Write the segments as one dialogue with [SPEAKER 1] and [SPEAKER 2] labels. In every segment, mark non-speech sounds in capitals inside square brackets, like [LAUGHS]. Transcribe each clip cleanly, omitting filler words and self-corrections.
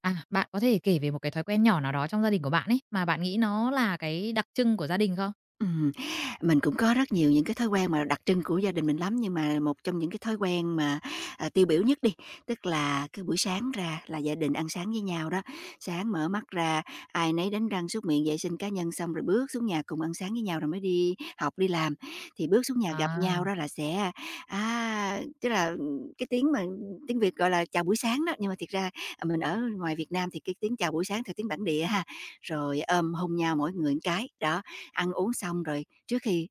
[SPEAKER 1] À, bạn có thể kể về một cái thói quen nhỏ nào đó trong gia đình của bạn ấy, mà bạn nghĩ nó là cái đặc trưng của gia đình không?
[SPEAKER 2] Ừm, mình cũng có rất nhiều những cái thói quen mà đặc trưng của gia đình mình lắm, nhưng mà một trong những cái thói quen mà, à, tiêu biểu nhất đi, tức là cứ buổi sáng ra là gia đình ăn sáng với nhau đó. Sáng mở mắt ra, ai nấy đánh răng, súc miệng, vệ sinh cá nhân xong rồi bước xuống nhà cùng ăn sáng với nhau rồi mới đi học, đi làm. Thì bước xuống nhà gặp
[SPEAKER 1] À,
[SPEAKER 2] nhau đó là sẽ, à, tức là, cái tiếng mà tiếng Việt gọi là chào buổi sáng đó, nhưng mà thiệt ra, à, mình ở ngoài Việt Nam thì cái tiếng chào buổi sáng theo tiếng bản địa ha, rồi ôm hôn nhau mỗi người một cái, đó. Ăn uống xong rồi trước khi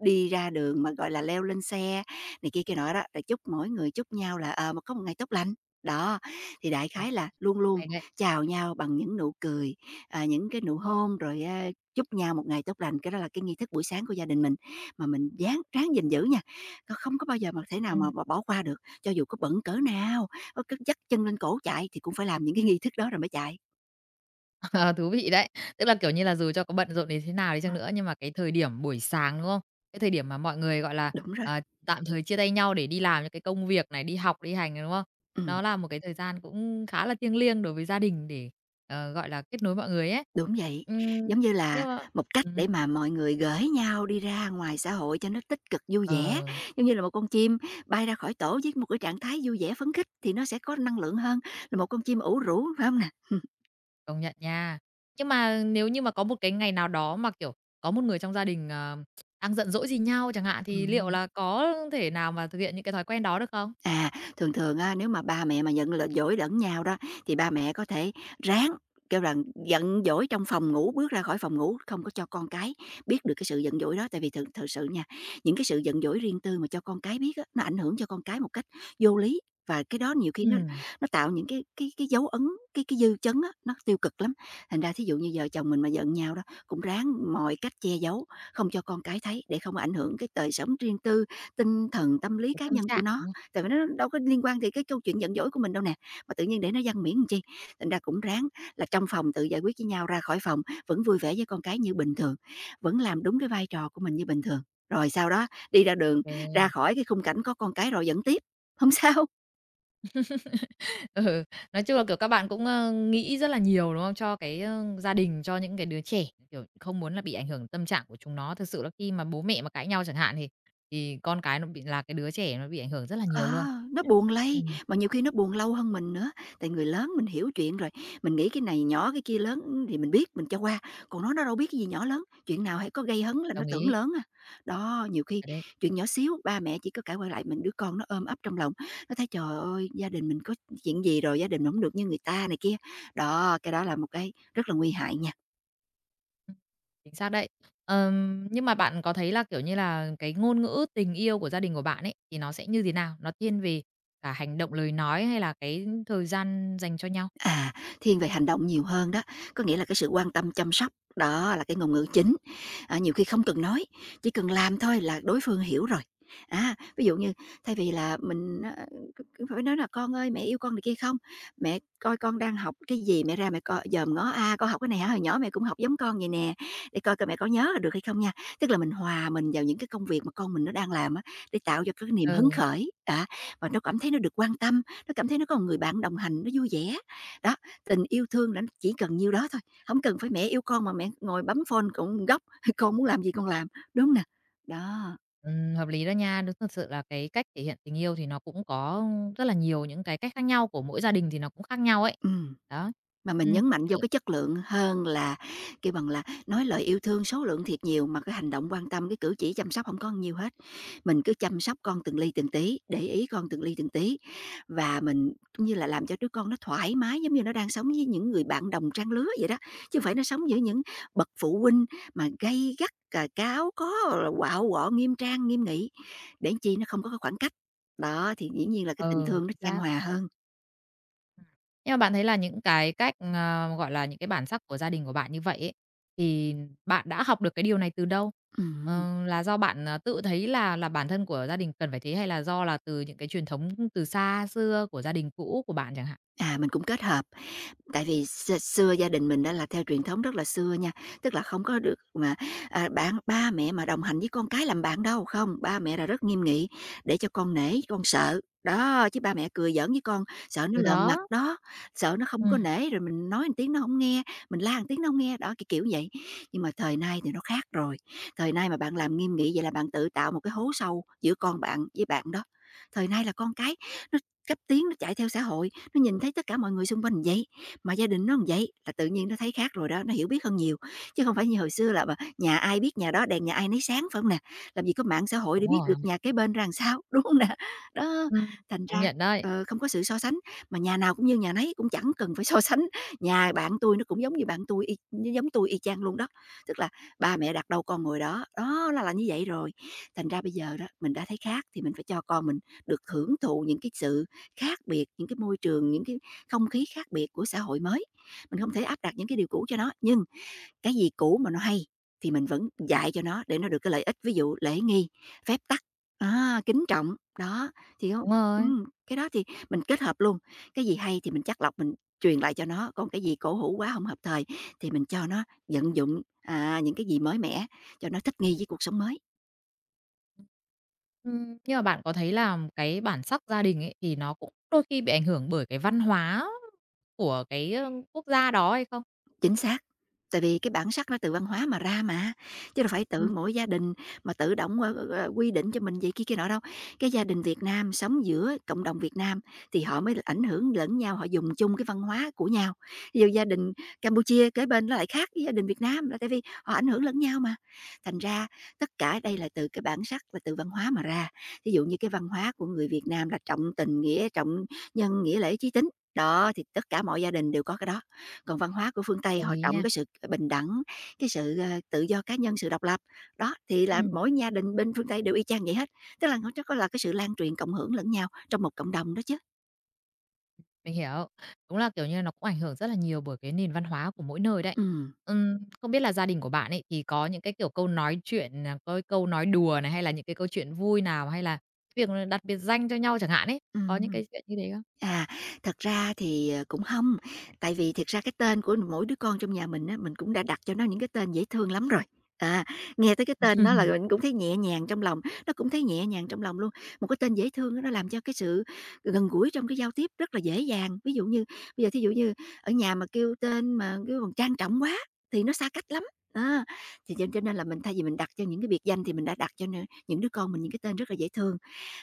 [SPEAKER 2] đi ra đường mà, gọi là, leo lên xe này kia kia nọ đó, rồi chúc mỗi người chúc nhau là, ờ, mà có một ngày tốt lành. Đó, thì đại
[SPEAKER 1] ờ,
[SPEAKER 2] khái là luôn luôn
[SPEAKER 1] hay đấy.
[SPEAKER 2] chào nhau bằng những nụ cười, à, những cái nụ hôn rồi, a, chúc nhau một ngày tốt lành, cái đó là cái nghi thức buổi sáng của gia đình mình mà mình dán ráng gìn giữ nha. Còn không có bao giờ mà thể nào
[SPEAKER 1] Ừm,
[SPEAKER 2] mà bỏ qua được, cho dù có bận cỡ nào, có cứ dắt chân lên cổ chạy thì cũng phải làm những cái nghi thức đó rồi mới chạy.
[SPEAKER 1] [LAUGHS] ờ, thú vị đấy. Tức là, kiểu như là, dù cho có bận rộn đến thế nào đi
[SPEAKER 2] Ừm,
[SPEAKER 1] chăng nữa nhưng mà cái thời điểm buổi sáng, đúng không? Cái thời điểm mà mọi người, gọi là,
[SPEAKER 2] đúng rồi,
[SPEAKER 1] ờ, tạm thời chia tay nhau để đi làm những cái công việc này, đi học, đi hành này, đúng không?
[SPEAKER 2] ừm.
[SPEAKER 1] Nó là một cái thời gian cũng khá là thiêng liêng đối với gia đình để, gọi là, kết nối mọi người ấy.
[SPEAKER 2] Đúng vậy,
[SPEAKER 1] Ừm,
[SPEAKER 2] giống như
[SPEAKER 1] nhưng
[SPEAKER 2] là
[SPEAKER 1] mà
[SPEAKER 2] một cách
[SPEAKER 1] ừm,
[SPEAKER 2] để mà mọi người gửi nhau đi ra ngoài xã hội cho nó tích cực vui vẻ,
[SPEAKER 1] ờ.
[SPEAKER 2] giống như là một con chim bay ra khỏi tổ với một cái trạng thái vui vẻ phấn khích thì nó sẽ có năng lượng hơn là một con chim ủ rũ, phải không nè?
[SPEAKER 1] Công nhận nha. Nhưng mà nếu như mà có một cái ngày nào đó mà, kiểu, có một người trong gia đình, đang giận dỗi gì nhau chẳng hạn, thì liệu
[SPEAKER 2] Ừm.
[SPEAKER 1] là có thể nào mà thực hiện những cái thói quen đó được không?
[SPEAKER 2] À, thường thường á, nếu mà ba mẹ mà giận dỗi lẫn nhau đó, thì ba mẹ có thể ráng, kêu rằng giận dỗi trong phòng ngủ, bước ra khỏi phòng ngủ, không có cho con cái biết được cái sự giận dỗi đó. Tại vì thực thực sự nha, những cái sự giận dỗi riêng tư mà cho con cái biết á, nó ảnh hưởng cho con cái một cách vô lý và cái đó nhiều khi nó
[SPEAKER 1] Ừm,
[SPEAKER 2] nó tạo những cái dấu ấn, cái dư chấn á, nó tiêu cực lắm. Thành ra thí dụ như vợ chồng mình mà giận nhau đó, cũng ráng mọi cách che giấu, không cho con cái thấy để không ảnh hưởng cái đời sống riêng tư, tinh thần, tâm lý
[SPEAKER 1] cái
[SPEAKER 2] cá
[SPEAKER 1] tâm
[SPEAKER 2] nhân của
[SPEAKER 1] trạng, đúng
[SPEAKER 2] nó
[SPEAKER 1] không?
[SPEAKER 2] tại vì nó đâu có liên quan thì cái câu chuyện giận dỗi của mình đâu nè, mà tự nhiên để nó văng miễn làm chi. Thành ra cũng ráng là trong phòng tự giải quyết với nhau, ra khỏi phòng vẫn vui vẻ với con cái như bình thường, vẫn làm đúng cái vai trò của mình như bình thường. Rồi sau đó đi ra đường,
[SPEAKER 1] Cái
[SPEAKER 2] ra khỏi cái khung cảnh có con cái rồi dẫn tiếp, không [LAUGHS] sao.
[SPEAKER 1] ừ, nói chung là, kiểu, các bạn cũng, nghĩ rất là nhiều, đúng không? Cho cái, gia đình, cho những cái đứa trẻ, kiểu, không muốn là bị ảnh hưởng tâm trạng của chúng nó. Thực sự là khi mà bố mẹ mà cãi nhau chẳng hạn thì con cái nó bị là cái đứa trẻ nó bị ảnh hưởng rất là
[SPEAKER 2] Ờ,
[SPEAKER 1] nhiều luôn.
[SPEAKER 2] nó buồn lây,
[SPEAKER 1] Ừm,
[SPEAKER 2] mà nhiều khi nó buồn lâu hơn mình nữa, tại người lớn mình hiểu chuyện rồi, mình nghĩ cái này nhỏ cái kia lớn thì mình biết mình cho qua, còn nó đâu biết cái gì nhỏ lớn, chuyện nào hay có gây hấn là nó
[SPEAKER 1] đồng
[SPEAKER 2] tưởng
[SPEAKER 1] ý.
[SPEAKER 2] lớn à. Đó, nhiều khi
[SPEAKER 1] Ở đấy.
[SPEAKER 2] chuyện nhỏ xíu ba mẹ chỉ có cãi quay lại mình đứa con nó ôm ấp trong lòng, nó thấy trời ơi gia đình mình có chuyện gì rồi, gia đình mình hổng được như người ta này kia. Đó, cái đó là một cái rất là nguy hại nha.
[SPEAKER 1] Ừm, chính xác đấy. Nhưng mà bạn có thấy là, kiểu như là, cái ngôn ngữ tình yêu của gia đình của bạn ấy, thì nó sẽ như thế nào? Nó thiên về cả hành động, lời nói hay là cái thời gian dành cho nhau?
[SPEAKER 2] À, thiên về hành động nhiều hơn đó, có nghĩa là cái sự quan tâm chăm sóc, đó là cái ngôn ngữ chính. À, nhiều khi không cần nói, chỉ cần làm thôi là đối phương hiểu rồi. À, ví dụ như thay vì là mình á, phải nói là con ơi mẹ yêu con này kia không, mẹ coi con đang học cái gì, mẹ ra mẹ coi dòm ngó a à, con học cái này hả hồi nhỏ mẹ cũng học giống con vậy nè, để coi coi mẹ có nhớ được hay không nha. Tức là mình hòa mình vào những cái công việc mà con mình nó đang làm á, để tạo cho cái niềm
[SPEAKER 1] Ừ,
[SPEAKER 2] hứng khởi, à, và nó cảm thấy nó được quan tâm, nó cảm thấy nó có một người bạn đồng hành, nó vui vẻ đó, tình yêu thương là nó chỉ cần nhiêu đó thôi, không cần phải mẹ yêu con mà mẹ ngồi bấm phone cũng góc, [LAUGHS] con muốn làm gì con làm, đúng nè? Đó,
[SPEAKER 1] ừm, hợp lý đó nha. Đúng thật sự là cái cách thể hiện tình yêu thì nó cũng có rất là nhiều những cái cách khác nhau, của mỗi gia đình thì nó cũng khác nhau ấy.
[SPEAKER 2] ừ.
[SPEAKER 1] Đó.
[SPEAKER 2] Mà mình
[SPEAKER 1] Ừm,
[SPEAKER 2] nhấn mạnh
[SPEAKER 1] ừ,
[SPEAKER 2] vô cái chất lượng hơn là kêu bằng là nói lời yêu thương số lượng thiệt nhiều mà cái hành động quan tâm, cái cử chỉ chăm sóc hổng có nhiều hết. Mình cứ chăm sóc con từng ly từng tí, để ý con từng ly từng tí và mình cũng như là làm cho đứa con nó thoải mái giống như nó đang sống với những người bạn đồng trang lứa vậy đó, chứ không phải nó sống giữa những bậc phụ huynh mà gay gắt, cà cáo, có quạu quọ, nghiêm trang, nghiêm nghị, để chi nó không có cái khoảng cách. Đó, thì dĩ nhiên là cái tình
[SPEAKER 1] ờ,
[SPEAKER 2] thương nó
[SPEAKER 1] Chính
[SPEAKER 2] chan
[SPEAKER 1] xác.
[SPEAKER 2] hòa hơn.
[SPEAKER 1] Nhưng mà bạn thấy là những cái cách, gọi là, những cái bản sắc của gia đình của bạn như vậy ấy, thì bạn đã học được cái điều này từ đâu?
[SPEAKER 2] Ừm.
[SPEAKER 1] Ờ, là do bạn, tự thấy là bản thân của gia đình cần phải thế hay là do là từ những cái truyền thống từ xa xưa của gia đình cũ của bạn chẳng hạn?
[SPEAKER 2] À, mình cũng kết hợp, tại vì xưa gia đình mình á là theo truyền thống rất là xưa nha, tức là không có được mà, à, bạn ba mẹ mà đồng hành với con cái làm bạn đâu, không, ba mẹ là rất nghiêm nghị để cho con nể, con sợ. Đó, chứ ba mẹ cười giỡn với con, sợ nó
[SPEAKER 1] Ừ,
[SPEAKER 2] lờn mặt
[SPEAKER 1] đó,
[SPEAKER 2] đó, sợ nó không có
[SPEAKER 1] ừm,
[SPEAKER 2] nể rồi mình nói một tiếng nó không nghe, mình la một tiếng nó không nghe, đó, cái kiểu vậy. Nhưng mà thời nay thì nó khác rồi, thời nay mà bạn làm nghiêm nghị vậy là bạn tự tạo một cái hố sâu giữa con bạn với bạn đó. Thời nay là con cái cấp tiến nó chạy theo xã hội, nó nhìn thấy tất cả mọi người xung quanh vậy, mà gia đình nó vậy là tự nhiên nó thấy khác rồi đó, nó hiểu biết hơn nhiều. Chứ không phải như hồi xưa là mà nhà ai biết nhà đó, đèn nhà ai nấy sáng, phải không nè? Làm gì có mạng xã hội
[SPEAKER 1] đúng
[SPEAKER 2] để biết
[SPEAKER 1] rồi,
[SPEAKER 2] được nhà kế bên ra làm sao, [LAUGHS] đúng hông nè? Đó,
[SPEAKER 1] ừm,
[SPEAKER 2] thành
[SPEAKER 1] công
[SPEAKER 2] ra,
[SPEAKER 1] nhận đấy,
[SPEAKER 2] ờ, không có sự so sánh, mà nhà nào cũng như nhà nấy, cũng chẳng cần phải so sánh. Nhà bạn tôi nó cũng giống như bạn tôi giống tôi y chang luôn đó, tức là ba mẹ đặt đâu con ngồi đó, đó, nó là như vậy rồi. Thành ra bây giờ đó, mình đã thấy khác thì mình phải cho con mình được hưởng thụ những cái sự khác biệt những cái môi trường, những cái không khí khác biệt của xã hội mới. Mình không thể áp đặt những cái điều cũ cho nó, nhưng cái gì cũ mà nó hay thì mình vẫn dạy cho nó để nó được cái lợi ích, ví dụ lễ nghi, phép tắc, á, kính trọng, đó, thì hông
[SPEAKER 1] đúng rồi.
[SPEAKER 2] cái đó thì mình kết hợp luôn. Cái gì hay thì mình chắc lọc mình truyền lại cho nó, còn cái gì cổ hủ quá không hợp thời thì mình cho nó vận dụng, à, những cái gì mới mẻ cho nó thích nghi với cuộc sống mới.
[SPEAKER 1] Nhưng mà bạn có thấy là cái bản sắc gia đình ấy thì nó cũng đôi khi bị ảnh hưởng bởi cái văn hóa của cái, quốc gia đó hay không?
[SPEAKER 2] Chính xác, tại vì cái bản sắc nó từ văn hóa mà ra mà, chứ đâu phải tự
[SPEAKER 1] Ừm,
[SPEAKER 2] mỗi gia đình mà tự động, quy định cho mình vậy kia kia nọ đâu. Cái gia đình Việt Nam sống giữa cộng đồng Việt Nam thì họ mới ảnh hưởng lẫn nhau, họ dùng chung cái văn hóa của nhau. Ví dụ gia đình Campuchia kế bên nó lại khác với gia đình Việt Nam là tại vì họ ảnh hưởng lẫn nhau mà. Thành ra tất cả đây là từ cái bản sắc, là từ văn hóa mà ra. Ví dụ như cái văn hóa của người Việt Nam là trọng tình nghĩa, trọng nhân, nghĩa lễ, chí tín, đó, thì tất cả mọi gia đình đều có cái đó. Còn văn hóa của phương Tây
[SPEAKER 1] đồng
[SPEAKER 2] họ
[SPEAKER 1] ý nha.
[SPEAKER 2] trọng cái sự bình đẳng, cái sự, ờ, tự do cá nhân, sự độc lập. Đó, thì là
[SPEAKER 1] Ừm.
[SPEAKER 2] mỗi gia đình bên phương Tây đều y chang vậy hết, tức là nó chắc có là cái sự lan truyền cộng hưởng lẫn nhau trong một cộng đồng đó chứ.
[SPEAKER 1] Mình hiểu. Đúng là, kiểu như, nó cũng ảnh hưởng rất là nhiều bởi cái nền văn hóa của mỗi nơi đấy.
[SPEAKER 2] Ừm.
[SPEAKER 1] Không biết là gia đình của bạn ấy thì có những cái, kiểu, câu nói chuyện, à, có câu nói đùa này, hay là những cái câu chuyện vui nào, hay là việc đặt biệt danh cho nhau chẳng hạn ấy, có những
[SPEAKER 2] Ừm.
[SPEAKER 1] cái chuyện như thế không?
[SPEAKER 2] À, thật ra thì, cũng không, tại vì thiệt ra cái tên của mỗi đứa con trong nhà mình á, mình cũng đã đặt cho nó những cái tên dễ thương lắm rồi. À, nghe tới cái tên đó là
[SPEAKER 1] [LAUGHS]
[SPEAKER 2] mình cũng thấy nhẹ nhàng trong lòng, nó cũng thấy nhẹ nhàng trong lòng luôn. Một cái tên dễ thương á nó làm cho cái sự gần gũi trong cái giao tiếp rất là dễ dàng. Ví dụ như bây giờ thí dụ như ở nhà mà kêu tên mà kêu bằng trang trọng quá thì nó xa cách lắm, á, thì cho nên là mình thay vì mình đặt cho những cái biệt danh thì mình đã đặt cho những đứa con mình những cái tên rất là dễ thương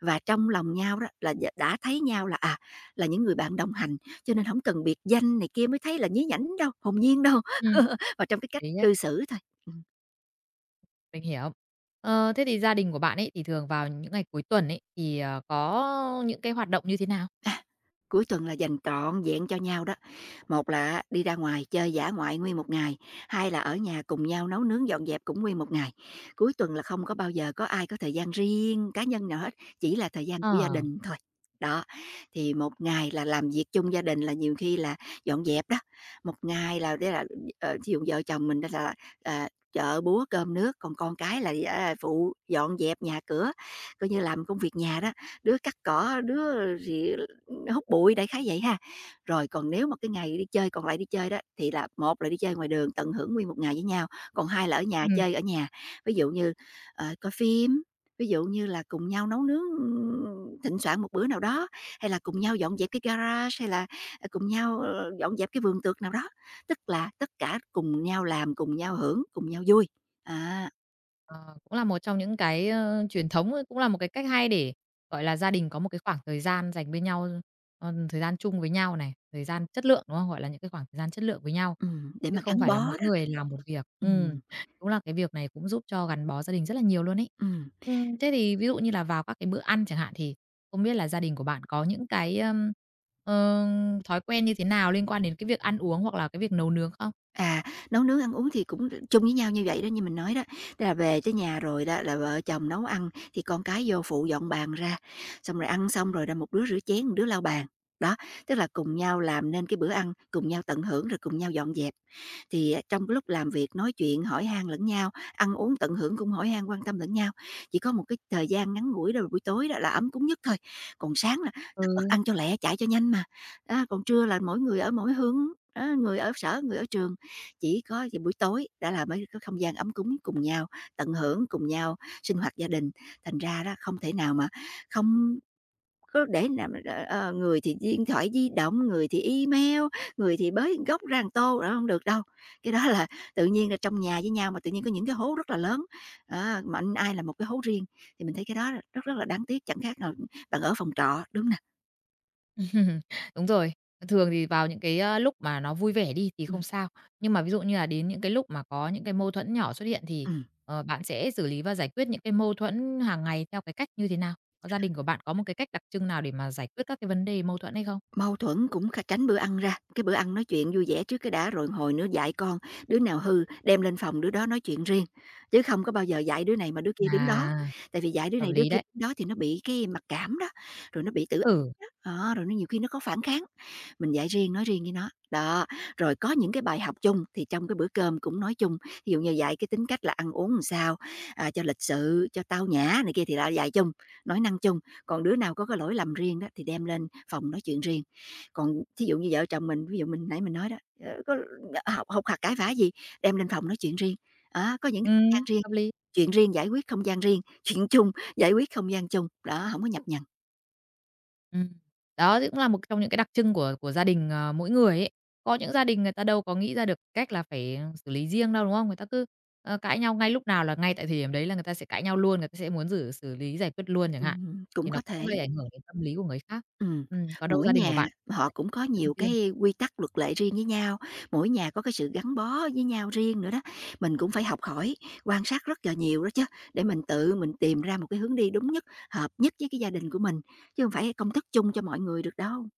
[SPEAKER 2] và trong lòng nhau đó là đã thấy nhau là, à, là những người bạn đồng hành, cho nên không cần biệt danh này kia mới thấy là nhí nhảnh đâu, hồn nhiên đâu,
[SPEAKER 1] Ừm,
[SPEAKER 2] [LAUGHS] và trong cái cách
[SPEAKER 1] lý á,
[SPEAKER 2] cư xử thôi. Ừ.
[SPEAKER 1] mình hiểu. Ờ, thế thì gia đình của bạn ấy thì thường vào những ngày cuối tuần ấy, thì, có những cái hoạt động như thế nào?
[SPEAKER 2] Cuối tuần là dành trọn vẹn cho nhau đó. Một là đi ra ngoài chơi dã ngoại nguyên một ngày, hai là ở nhà cùng nhau nấu nướng dọn dẹp cũng nguyên một ngày. Cuối tuần là không có bao giờ có ai có thời gian riêng cá nhân nào hết, chỉ là thời gian của gia
[SPEAKER 1] Ờ.
[SPEAKER 2] đình thôi. Đó, thì một ngày là làm việc chung gia đình là nhiều khi là dọn dẹp đó. Một ngày là để là thí dụ vợ chồng mình đó là chợ búa cơm nước, còn con cái là phụ dọn dẹp nhà cửa, coi như làm công việc nhà đó. Đứa cắt cỏ, đứa thì hút bụi, đại khái vậy ha. Rồi còn nếu mà cái ngày đi chơi còn lại đi chơi đó, thì là một là đi chơi ngoài đường tận hưởng nguyên một ngày với nhau, còn hai là ở nhà chơi ở nhà. Ví dụ như, coi phim, ví dụ như là cùng nhau nấu nướng, thịnh soạn một bữa nào đó, hay là cùng nhau dọn dẹp cái garage, hay là, cùng nhau, dọn dẹp cái vườn tược nào đó. Tức là tất cả cùng nhau làm, cùng nhau hưởng, cùng nhau vui. À,
[SPEAKER 1] Ờ, cũng là một trong những cái, truyền thống, ấy, cũng là một cái cách hay để, gọi là, gia đình có một cái khoảng thời gian dành bên nhau, thời gian chung với nhau này, thời gian chất lượng, đúng không? Gọi là những cái khoảng thời gian chất lượng với nhau,
[SPEAKER 2] để
[SPEAKER 1] chứ
[SPEAKER 2] mà
[SPEAKER 1] không
[SPEAKER 2] gắn
[SPEAKER 1] phải
[SPEAKER 2] bó
[SPEAKER 1] là mỗi
[SPEAKER 2] đó.
[SPEAKER 1] người làm một việc.
[SPEAKER 2] Ừm,
[SPEAKER 1] Đúng là cái việc này cũng giúp cho gắn bó gia đình rất là nhiều luôn ấy.
[SPEAKER 2] ừm.
[SPEAKER 1] Thế thì ví dụ như là vào các cái bữa ăn chẳng hạn, thì không biết là gia đình của bạn có những cái, ờ, thói quen như thế nào liên quan đến cái việc ăn uống hoặc là cái việc nấu nướng không?
[SPEAKER 2] À, nấu nướng, ăn uống thì cũng chung với nhau như vậy đó, như mình nói đó. Tức là về tới nhà rồi đó là vợ chồng nấu ăn thì con cái vô phụ dọn bàn ra, xong rồi ăn xong rồi là một đứa rửa chén, một đứa lau bàn. Đó, tức là cùng nhau làm nên cái bữa ăn, cùng nhau tận hưởng rồi cùng nhau dọn dẹp. Thì trong cái lúc làm việc nói chuyện hỏi han lẫn nhau, ăn uống tận hưởng cũng hỏi han quan tâm lẫn nhau. Chỉ có một cái thời gian ngắn ngủi đó là buổi tối đó là ấm cúng nhất thôi. Còn sáng là
[SPEAKER 1] Ừ.
[SPEAKER 2] tắt bật ăn cho lẹ, chạy cho nhanh mà. Đó, còn trưa là mỗi người ở mỗi hướng, đó, người ở sở, người ở trường chỉ có vào buổi tối đã là mới có không gian ấm cúng cùng nhau, tận hưởng cùng nhau sinh hoạt gia đình. Thành ra đó không thể nào mà không có để làm người thì điện thoại di động, người thì email, người thì bới gốc góc ra một tô, đó hông được đâu. Cái đó là tự nhiên là trong nhà với nhau mà tự nhiên có những cái hố rất là lớn, á, mà anh ai là một cái hố riêng, thì mình thấy cái đó là rất rất là đáng tiếc, chẳng khác nào bạn ở phòng trọ, đúng nè.
[SPEAKER 1] [LAUGHS] Đúng rồi. Thường thì vào những cái, lúc mà nó vui vẻ đi thì
[SPEAKER 2] Ừm,
[SPEAKER 1] không sao, nhưng mà ví dụ như là đến những cái lúc mà có những cái mâu thuẫn nhỏ xuất hiện thì,
[SPEAKER 2] ừm.
[SPEAKER 1] bạn sẽ xử lý và giải quyết những cái mâu thuẫn hàng ngày theo cái cách như thế nào? Có gia đình của bạn có một cái cách đặc trưng nào để mà giải quyết các cái vấn đề mâu thuẫn hay không?
[SPEAKER 2] Mâu thuẫn cũng kha tránh bữa ăn ra, cái bữa ăn nói chuyện vui vẻ trước cái đã rồi hồi nữa dạy con, đứa nào hư đem lên phòng đứa đó nói chuyện riêng, chứ không có bao giờ dạy đứa này mà đứa kia đứng đó.
[SPEAKER 1] À,
[SPEAKER 2] Tại vì dạy đứa
[SPEAKER 1] hợp
[SPEAKER 2] này đứa
[SPEAKER 1] lý
[SPEAKER 2] kia
[SPEAKER 1] đấy.
[SPEAKER 2] đứng đó thì nó bị cái mặc cảm đó, rồi nó bị tự á,
[SPEAKER 1] Ừ,
[SPEAKER 2] rồi nó nhiều khi nó có phản kháng mình dạy riêng, nói riêng với nó. Đó, rồi có những cái bài học chung thì trong cái bữa cơm cũng nói chung, ví dụ như dạy cái tính cách là ăn uống làm sao, à, cho lịch sự, cho tao nhã này kia thì là dạy chung, nói năng chung. Còn đứa nào có cái lỗi lầm riêng đó thì đem lên phòng nói chuyện riêng. Còn thí dụ như vợ chồng mình, ví dụ mình nãy mình nói đó, có học học hạc cãi vã gì, đem lên phòng nói chuyện riêng. Á, có những không gian
[SPEAKER 1] ừm,
[SPEAKER 2] riêng,
[SPEAKER 1] hợp lý.
[SPEAKER 2] chuyện riêng giải quyết không gian riêng, chuyện chung giải quyết không gian chung, đó, không có nhập nhằng.
[SPEAKER 1] Ừm. Đó, thì cũng là một trong những cái đặc trưng của gia đình, mỗi người ấy. Có những gia đình người ta đâu có nghĩ ra được cách là phải xử lý riêng đâu, đúng không? Người ta cứ, cãi nhau ngay lúc nào là ngay tại thời điểm đấy là người ta sẽ cãi nhau luôn, người ta sẽ muốn xử xử lý, giải quyết luôn chẳng hạn,
[SPEAKER 2] Cũng
[SPEAKER 1] thì nó
[SPEAKER 2] có
[SPEAKER 1] cũng
[SPEAKER 2] thể.
[SPEAKER 1] gây ảnh hưởng đến tâm lý của người khác.
[SPEAKER 2] Ừm,
[SPEAKER 1] Còn đâu
[SPEAKER 2] mỗi
[SPEAKER 1] gia đình của
[SPEAKER 2] nhà
[SPEAKER 1] bạn cũng có
[SPEAKER 2] họ
[SPEAKER 1] cái
[SPEAKER 2] cũng có
[SPEAKER 1] đặc trưng
[SPEAKER 2] nhiều
[SPEAKER 1] riêng.
[SPEAKER 2] cái quy tắc, luật lệ riêng với nhau, mỗi nhà có cái sự gắn bó với nhau riêng nữa đó. Mình cũng phải học hỏi, quan sát rất là nhiều đó chứ, để mình tự mình tìm ra một cái hướng đi đúng nhất, hợp nhất với cái gia đình của mình, chứ không phải công thức chung cho mọi người được đâu.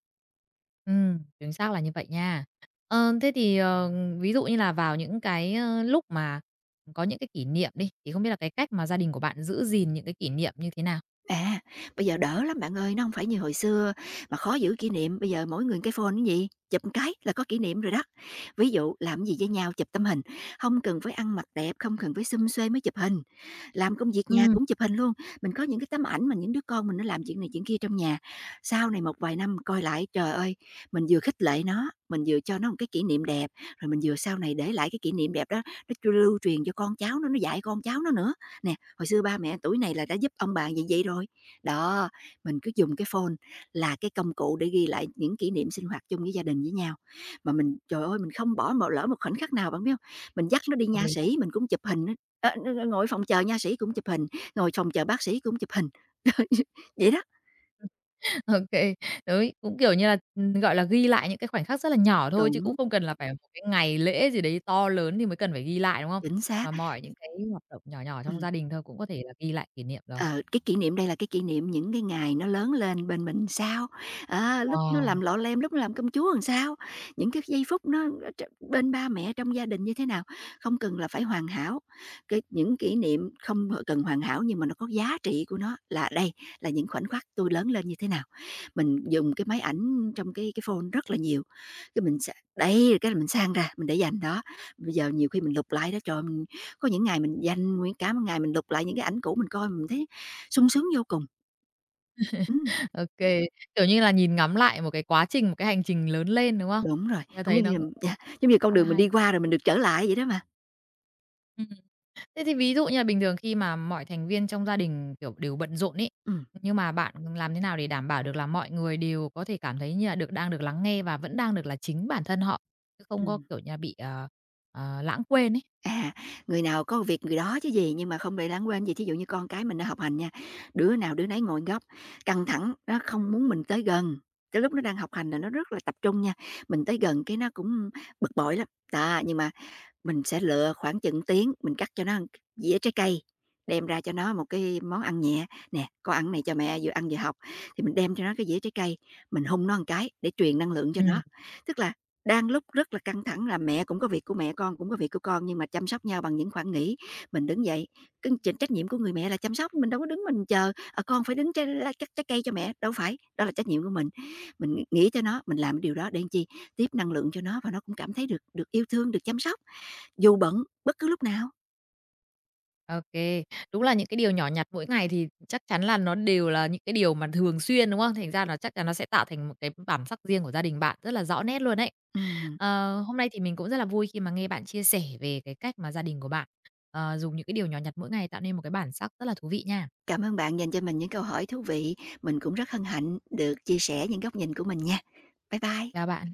[SPEAKER 1] Chính xác là như vậy nha. Ờ, thế thì, ví dụ như là vào những cái, lúc mà có những cái kỷ niệm đi, thì không biết là cái cách mà gia đình của bạn giữ gìn những cái kỷ niệm như thế nào?
[SPEAKER 2] À, bây giờ đỡ lắm bạn ơi, nó hông phải như hồi xưa mà khó giữ kỷ niệm, bây giờ mỗi người cái phone cái gì, chụp một cái là có kỷ niệm rồi đó. Ví dụ làm gì với nhau chụp tấm hình, không cần phải ăn mặc đẹp, không cần phải xum xuê mới chụp hình, làm công việc nhà
[SPEAKER 1] Ừm,
[SPEAKER 2] cũng chụp hình luôn. Mình có những cái tấm ảnh mà những đứa con mình nó làm chuyện này chuyện kia trong nhà, sau này một vài năm coi lại, trời ơi, mình vừa khích lệ nó, mình vừa cho nó một cái kỷ niệm đẹp, rồi mình vừa sau này để lại cái kỷ niệm đẹp đó, nó chu lưu truyền cho con cháu nó dạy con cháu nó nữa. Nè, hồi xưa ba mẹ tuổi này là đã giúp ông bà vậy vậy rồi. Đó, mình cứ dùng cái phone là cái công cụ để ghi lại những kỷ niệm sinh hoạt chung với gia đình với nhau. Mà mình, trời ơi, mình không bỏ một lỡ một khoảnh khắc nào bạn biết không. Mình dắt nó đi
[SPEAKER 1] hợp
[SPEAKER 2] nha
[SPEAKER 1] lý.
[SPEAKER 2] sĩ mình cũng chụp hình á, ơ, n ngồi phòng chờ nha sĩ cũng chụp hình, ngồi phòng chờ bác sĩ cũng chụp hình. [LAUGHS] Vậy đó.
[SPEAKER 1] OK, kê, đấy, cũng, kiểu như là, gọi là, ghi lại những cái khoảnh khắc rất là nhỏ thôi, chứ cũng
[SPEAKER 2] Đúng,
[SPEAKER 1] không cần là phải một cái ngày lễ gì đấy to lớn thì mới cần phải ghi lại, đúng không?
[SPEAKER 2] chính
[SPEAKER 1] Mà
[SPEAKER 2] xác,
[SPEAKER 1] mọi những cái hoạt động nhỏ nhỏ trong
[SPEAKER 2] ừm.
[SPEAKER 1] gia đình thôi cũng có thể là ghi lại kỷ niệm rồi.
[SPEAKER 2] Ờ, cái kỷ niệm đây là cái kỷ niệm những cái ngày nó lớn lên bên mình sao, á,
[SPEAKER 1] Ờ,
[SPEAKER 2] lúc nó làm lọ lem, lúc nó làm công chúa làm sao, những cái giây phút nó ở tr bên ba mẹ trong gia đình như thế nào, không cần là phải hoàn hảo. Cái những kỷ niệm không cần hoàn hảo nhưng mà nó có giá trị của nó là đây là những khoảnh khắc tôi lớn lên như thế nào. Mình dùng cái máy ảnh trong cái phone rất là nhiều, cái mình sa đấy, cái mình sang ra, mình để dành đó. Bây giờ nhiều khi mình lục lại đó, trời mình có những ngày mình dành nguyên cả một ngày mình lục lại những cái ảnh cũ mình coi mình thấy sung sướng vô cùng. Ừm,
[SPEAKER 1] OK, kiểu như là, nhìn ngắm lại một cái quá trình, một cái hành trình lớn lên, đúng không?
[SPEAKER 2] đúng rồi,
[SPEAKER 1] Tớ
[SPEAKER 2] cũng
[SPEAKER 1] thấy
[SPEAKER 2] giống
[SPEAKER 1] nó
[SPEAKER 2] như
[SPEAKER 1] cũng
[SPEAKER 2] là dạ, giống như con
[SPEAKER 1] khá là
[SPEAKER 2] đường mình
[SPEAKER 1] hay.
[SPEAKER 2] đi qua rồi mình được trở lại vậy đó mà.
[SPEAKER 1] Ừm. Thế thì ví dụ như là bình thường khi mà mọi thành viên trong gia đình, kiểu, đều bận rộn ấy,
[SPEAKER 2] Ừm,
[SPEAKER 1] nhưng mà bạn làm thế nào để đảm bảo được là mọi người đều có thể cảm thấy như là đang được lắng nghe và vẫn đang được là chính bản thân họ, chứ không có,
[SPEAKER 2] ừm.
[SPEAKER 1] kiểu như là, bị, lãng quên ấy?
[SPEAKER 2] À, người nào có việc người đó chứ gì, nhưng mà không để lãng quên gì. Thí dụ như con cái mình nó học hành nha, đứa nào đứa nấy ngồi một góc, căng thẳng, nó không muốn mình tới gần, cái lúc nó đang học hành là nó rất là tập trung nha, mình tới gần cái nó cũng bực bội lắm. Đó, nhưng mà mình sẽ lựa khoảng chừng tiếng, mình cắt cho nó ăn dĩa trái cây, đem ra cho nó một cái món ăn nhẹ, "Nè, con ăn này cho mẹ, vừa ăn vừa học." Thì mình đem cho nó cái dĩa trái cây, mình hun nó một cái để truyền năng lượng cho
[SPEAKER 1] Ừ,
[SPEAKER 2] nó. Tức là đang lúc rất là căng thẳng là mẹ cũng có việc của mẹ, con cũng có việc của con, nhưng mà chăm sóc nhau bằng những khoảng nghỉ. Mình đứng dậy, cái ch trách nhiệm của người mẹ là chăm sóc, mình đâu có đứng mình chờ, "Con phải đứng trái la cắt trái cây cho mẹ", đâu phải, đó là trách nhiệm của mình. Mình nghĩ cho nó, mình làm cái điều đó để làm chi? Tiếp năng lượng cho nó và nó cũng cảm thấy được được yêu thương, được chăm sóc. Dù bận, bất cứ lúc nào.
[SPEAKER 1] OK, đúng là những cái điều nhỏ nhặt mỗi ngày thì chắc chắn là nó đều là những cái điều mà thường xuyên, đúng không? Thành ra nó chắc chắn nó sẽ tạo thành một cái bản sắc riêng của gia đình bạn rất là rõ nét luôn ấy.
[SPEAKER 2] Ừm,
[SPEAKER 1] Ờ, hôm nay thì mình cũng rất là vui khi mà nghe bạn chia sẻ về cái cách mà gia đình của bạn, dùng những cái điều nhỏ nhặt mỗi ngày tạo nên một cái bản sắc rất là thú vị nha.
[SPEAKER 2] cảm ơn bạn dành cho mình những câu hỏi thú vị. Mình cũng rất hân hạnh được chia sẻ những góc nhìn của mình nha. Bye bye.
[SPEAKER 1] Chào bạn.